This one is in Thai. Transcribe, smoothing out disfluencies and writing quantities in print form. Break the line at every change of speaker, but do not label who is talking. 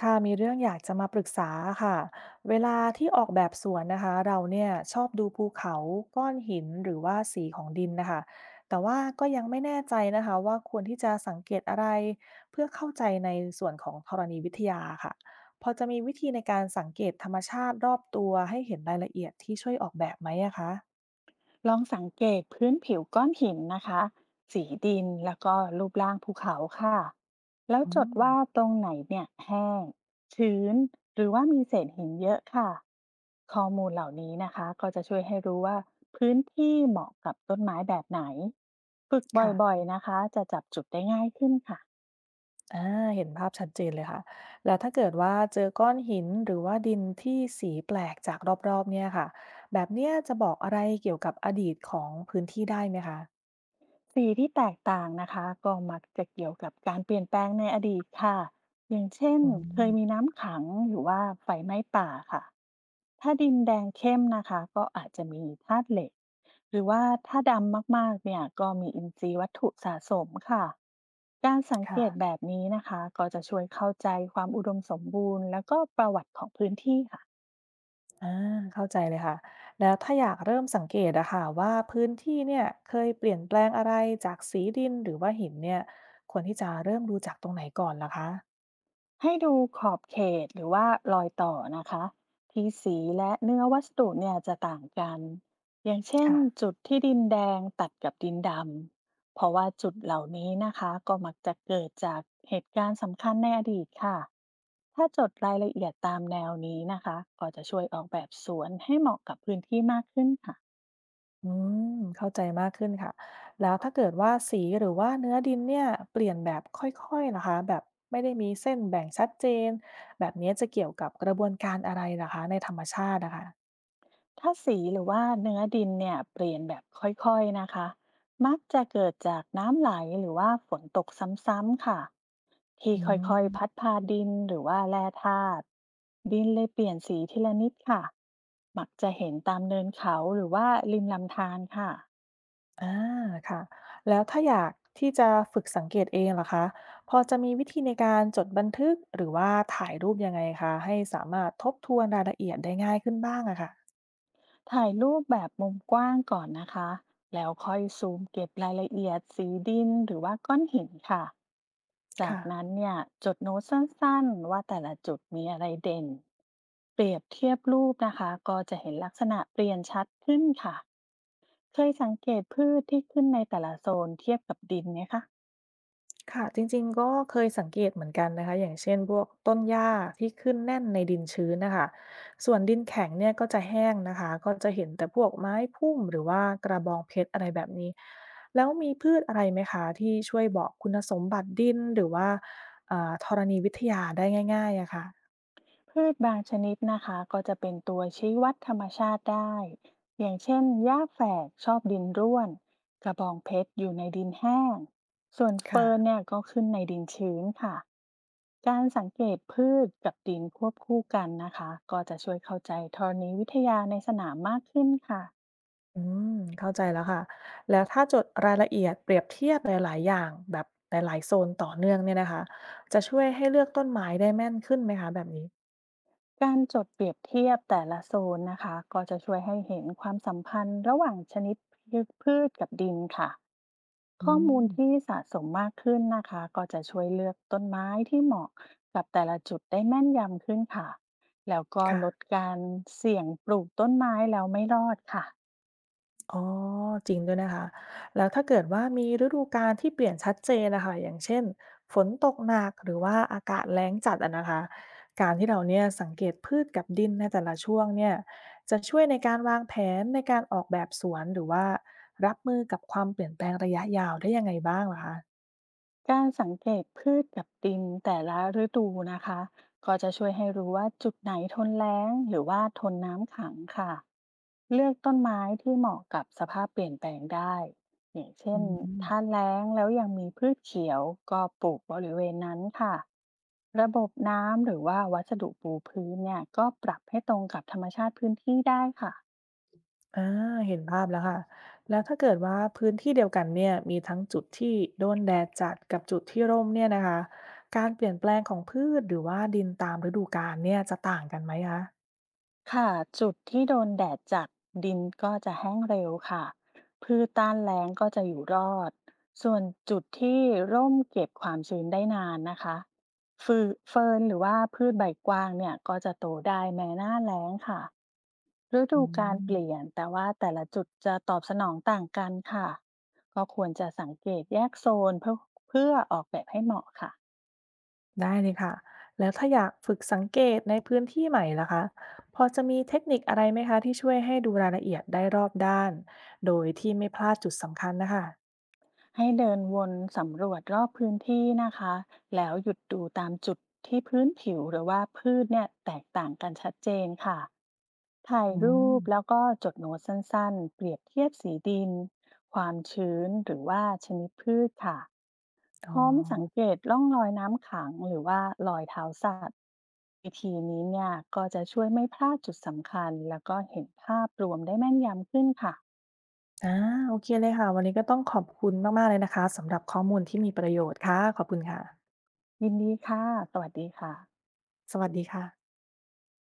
ค่ะมีเรื่องอยากจะมาปรึกษาค่ะเวลาที่ออกแบบสวนนะคะเราเนี่ยชอบดูภูเขาก้อนหินหรือว่าสีของดินนะคะแต่ว่าก็ยังไม่แน่ใจนะคะว่าควรที่จะสังเกตอะไรเพื่อเข้าใจในส่วนของธรณีวิทยาค่ะพอจะมีวิธีในการสังเกตธรรมชาติรอบตัวให้เห็นรายละเอียดที่ช่วยออกแบบไหมอะคะ
ลองสังเกตพื้นผิวก้อนหินนะคะสีดินแล้วก็รูปร่างภูเขาค่ะแล้ว
อื
จด
ม
ว่าตรงไหนเนี่ยแห้งชื้นหรือว่ามีเศษหินเยอะค่ะข้อมูลเหล่านี้นะคะก็จะช่วยให้รู้ว่าพื้นที่เหมาะกับต้นไม้แบบไหนฝึก
ค่ะ
บ่อยๆนะคะจะจับจุดได้ง่ายขึ้นค่ะ
อาเห็นภาพชัดเจนเลยค่ะ แล้วถ้าเกิดว่าเจอก้อนหินหรือว่าดินที่สีแปลกจากรอบๆเนี่ยค่ะแบบเนี้ยจะบอกอะไรเกี่ยวกับอดีตของพื้นที่ได้ไหมคะ
สีที่แตกต่างนะคะก็มักจะเกี่ยวกับการเปลี่ยนแปลงในอดีตค่ะอย่างเช่น
อื
เคยมี
ม
น้ำขังหรือว่าไฟไหม้ป่าค่ะถ้าดินแดงเข้มนะคะก็อาจจะมีธาตุเหล็กหรือว่าถ้าดำมากๆเนี่ยก็มีอินทรีย์วัตถุสะสมค่ะการสังเก
ค่ะ
ตแบบนี้นะคะก็จะช่วยเข้าใจความอุดมสมบูรณ์แล้วก็ประวัติของพื้นที่ค่ะ
อาเข้าใจเลยค่ะแล้วถ้าอยากเริ่มสังเกตอะค่ะว่าพื้นที่เนี่ยเคยเปลี่ยนแปลงอะไรจากสีดินหรือว่าหินเนี่ยควรที่จะเริ่มดูจากตรงไหนก่อนลหรคะ
ให้ดูขอบเขตหรือว่ารอยต่อนะคะที่สีและเนื้อวัสดุเนี่ยจะต่างกันอย่างเช่น
ค่ะ
จุดที่ดินแดงตัดกับดินดำเพราะว่าจุดเหล่านี้นะคะก็มักจะเกิดจากเหตุการณ์สำคัญในอดีตค่ะถ้าจดรายละเอียดตามแนวนี้นะคะก็จะช่วยออกแบบสวนให้เหมาะกับพื้นที่มากขึ้นค่ะ
อืมเข้าใจมากขึ้นค่ะแล้วถ้าเกิดว่าสีหรือว่าเนื้อดินเนี่ยเปลี่ยนแบบค่อยๆนะคะแบบไม่ได้มีเส้นแบ่งชัดเจนแบบนี้จะเกี่ยวกับกระบวนการอะไรเหคะในธรรมชาตินะคะ
ถ้าสีหรือว่าเนื้อดินเนี่ยเปลี่ยนแบบค่อยๆนะคะมักจะเกิดจากน้ำไหลหรือว่าฝนตกซ้ำๆค่ะที่
อื
ค่
ม
อยๆพัดพาดินหรือว่าแร่ธาตุดินเลยเปลี่ยนสีทีละนิดค่ะมักจะเห็นตามเนินเขาหรือว่าริมลำธารค่ะ
อ่าค่ะแล้วถ้าอยากที่จะฝึกสังเกตเองเ่รคะพอจะมีวิธีในการจดบันทึกหรือว่าถ่ายรูปยังไงคะให้สามารถทบทวนรายละเอียดได้ง่ายขึ้นบ้างอะค่ะ
ถ่ายรูปแบบมุมกว้างก่อนนะคะแล้วค่อยซูมเก็บรายละเอียดสีดินหรือว่าก้อนหินค่ะจา
ค่ะ
กนั้นเนี่ยจดโน้ตสั้นๆว่าแต่ละจุดมีอะไรเด่นเปรียบเทียบรูปนะคะก็จะเห็นลักษณะเปลี่ยนชัดขึ้นค่ะเคยสังเกตพืชที่ขึ้นในแต่ละโซนเทียบกับดินไหมคะ
ค่ะจริงๆก็เคยสังเกตเหมือนกันนะคะอย่างเช่นพวกต้นหญ้าที่ขึ้นแน่นในดินชื้นนะคะส่วนดินแข็งเนี่ยก็จะแห้งนะคะก็จะเห็นแต่พวกไม้พุ่มหรือว่ากระบองเพชรอะไรแบบนี้แล้วมีพืชอะไรไหมคะที่ช่วยบอกคุณสมบัติดินหรือว่าธรณีวิทยาได้ง่ายๆอะค่ะ
พืชบางชนิดนะคะก็จะเป็นตัวชี้วัดธรรมชาติได้ อย่างเช่นหญ้าแฝกชอบดินร่วน กระบองเพชรอยู่ในดินแห้ง ส่วน
ค่ะ
เฟิร์นเนี่ยก็ขึ้นในดินชื้นค่ะการสังเกตพืชกับดินควบคู่กันนะคะก็จะช่วยเข้าใจธรณีวิทยาในสนามมากขึ้นค่ะ
อืมเข้าใจแล้วค่ะแล้วถ้าจดรายละเอียดเปรียบเทียบหลายๆอย่างแบบหลายๆโซนต่อเนื่องเนี่ยนะคะจะช่วยให้เลือกต้นไม้ได้แม่นขึ้นไหมคะแบบนี้
การจดเปรียบเทียบแต่ละโซนนะคะก็จะช่วยให้เห็นความสัมพันธ์ระหว่างชนิดพืชกับดินค่ะ
อื
ข้อมู
ม
ลที่สะสมมากขึ้นนะคะก็จะช่วยเลือกต้นไม้ที่เหมาะกับแต่ละจุดได้แม่นยำขึ้นค่ะแล้วก็ลด
ค่ะ
การเสี่ยงปลูกต้นไม้แล้วไม่รอดค่ะ
อ๋อจริงด้วยนะคะ แล้วถ้าเกิดว่ามีฤดูกาลที่เปลี่ยนชัดเจนนะคะอย่างเช่นฝนตกหนักหรือว่าอากาศแล้งจัดอะนะคะการที่เราเนี่ยสังเกตพืชกับดินในแต่ละช่วงเนี่ยจะช่วยในการวางแผนในการออกแบบสวนหรือว่ารับมือกับความเปลี่ยนแปลงระยะยาวได้ยังไงบ้างเหรอคะ
การสังเกตพืชกับดินแต่ละฤดูนะคะก็จะช่วยให้รู้ว่าจุดไหนทนแล้งหรือว่าทนน้ำขังค่ะเลือกต้นไม้ที่เหมาะกับสภาพเปลี่ยนแปลงได้อย่างเช่
อื
นถ้า
ม
แล้งแล้วยังมีพืชเขียวก็ปลูกบริเวณนั้นค่ะระบบน้ำหรือว่าวัสดุปูพื้นเนี่ยก็ปรับให้ตรงกับธรรมชาติพื้นที่ได้ค่ะ
อาเห็นภาพแล้วค่ะแล้วถ้าเกิดว่าพื้นที่เดียวกันเนี่ยมีทั้งจุดที่โดนแดดจัดกับจุดที่ร่มเนี่ยนะคะการเปลี่ยนแปลงของพืชหรือว่าดินตามฤดูกาลเนี่ยจะต่างกันไหมคะ
ค่ะจุดที่โดนแดดจัดดินก็จะแห้งเร็วค่ะพืชต้านแล้งก็จะอยู่รอดส่วนจุดที่ร่มเก็บความชื้นได้นานนะคะฟืเฟิร์นหรือว่าพืชใบกว้างเนี่ยก็จะโตได้แม้หน้าแล้งค่ะฤ
อื
ดูการเป
ม
ลี่ยนแต่ว่าแต่ละจุดจะตอบสนองต่างกันค่ะก็ควรจะสังเกตแยกโซนเพื่อออกแบบให้เหมาะค่ะ
ได้เลยค่ะแล้วถ้าอยากฝึกสังเกตในพื้นที่ใหม่ล่ะคะพอจะมีเทคนิคอะไรไหมคะที่ช่วยให้ดูรายละเอียดได้รอบด้านโดยที่ไม่พลาดจุดสำคัญน่ะค่ะ
ให้เดินวนสำรวจรอบพื้นที่นะคะแล้วหยุดดูตามจุดที่พื้นผิวหรือว่าพืชเนี่ยแตกต่างกันชัดเจนค่ะถ่าย
อื
รู
ม
ปแล้วก็จดโน้ตสั้นๆเปรียบเทียบสีดิน ความชื้นหรือว่าชนิดพืชค่ะพ
อ๋อ
ร้อมสังเกตร่องรอยน้ำขังหรือว่ารอยเท้าสัตว์วิธีนี้เนี่ยก็จะช่วยไม่พลาดจุดสำคัญแล้วก็เห็นภาพรวมได้แม่นยำขึ้นค่ะ
อาโอเคเลยค่ะวันนี้ก็ต้องขอบคุณมากๆเลยนะคะสำหรับข้อมูลที่มีประโยชน์ค่ะขอบคุณค่ะ
ยินดีค่ะสวัสดีค่ะ
สวัสดีค่ะ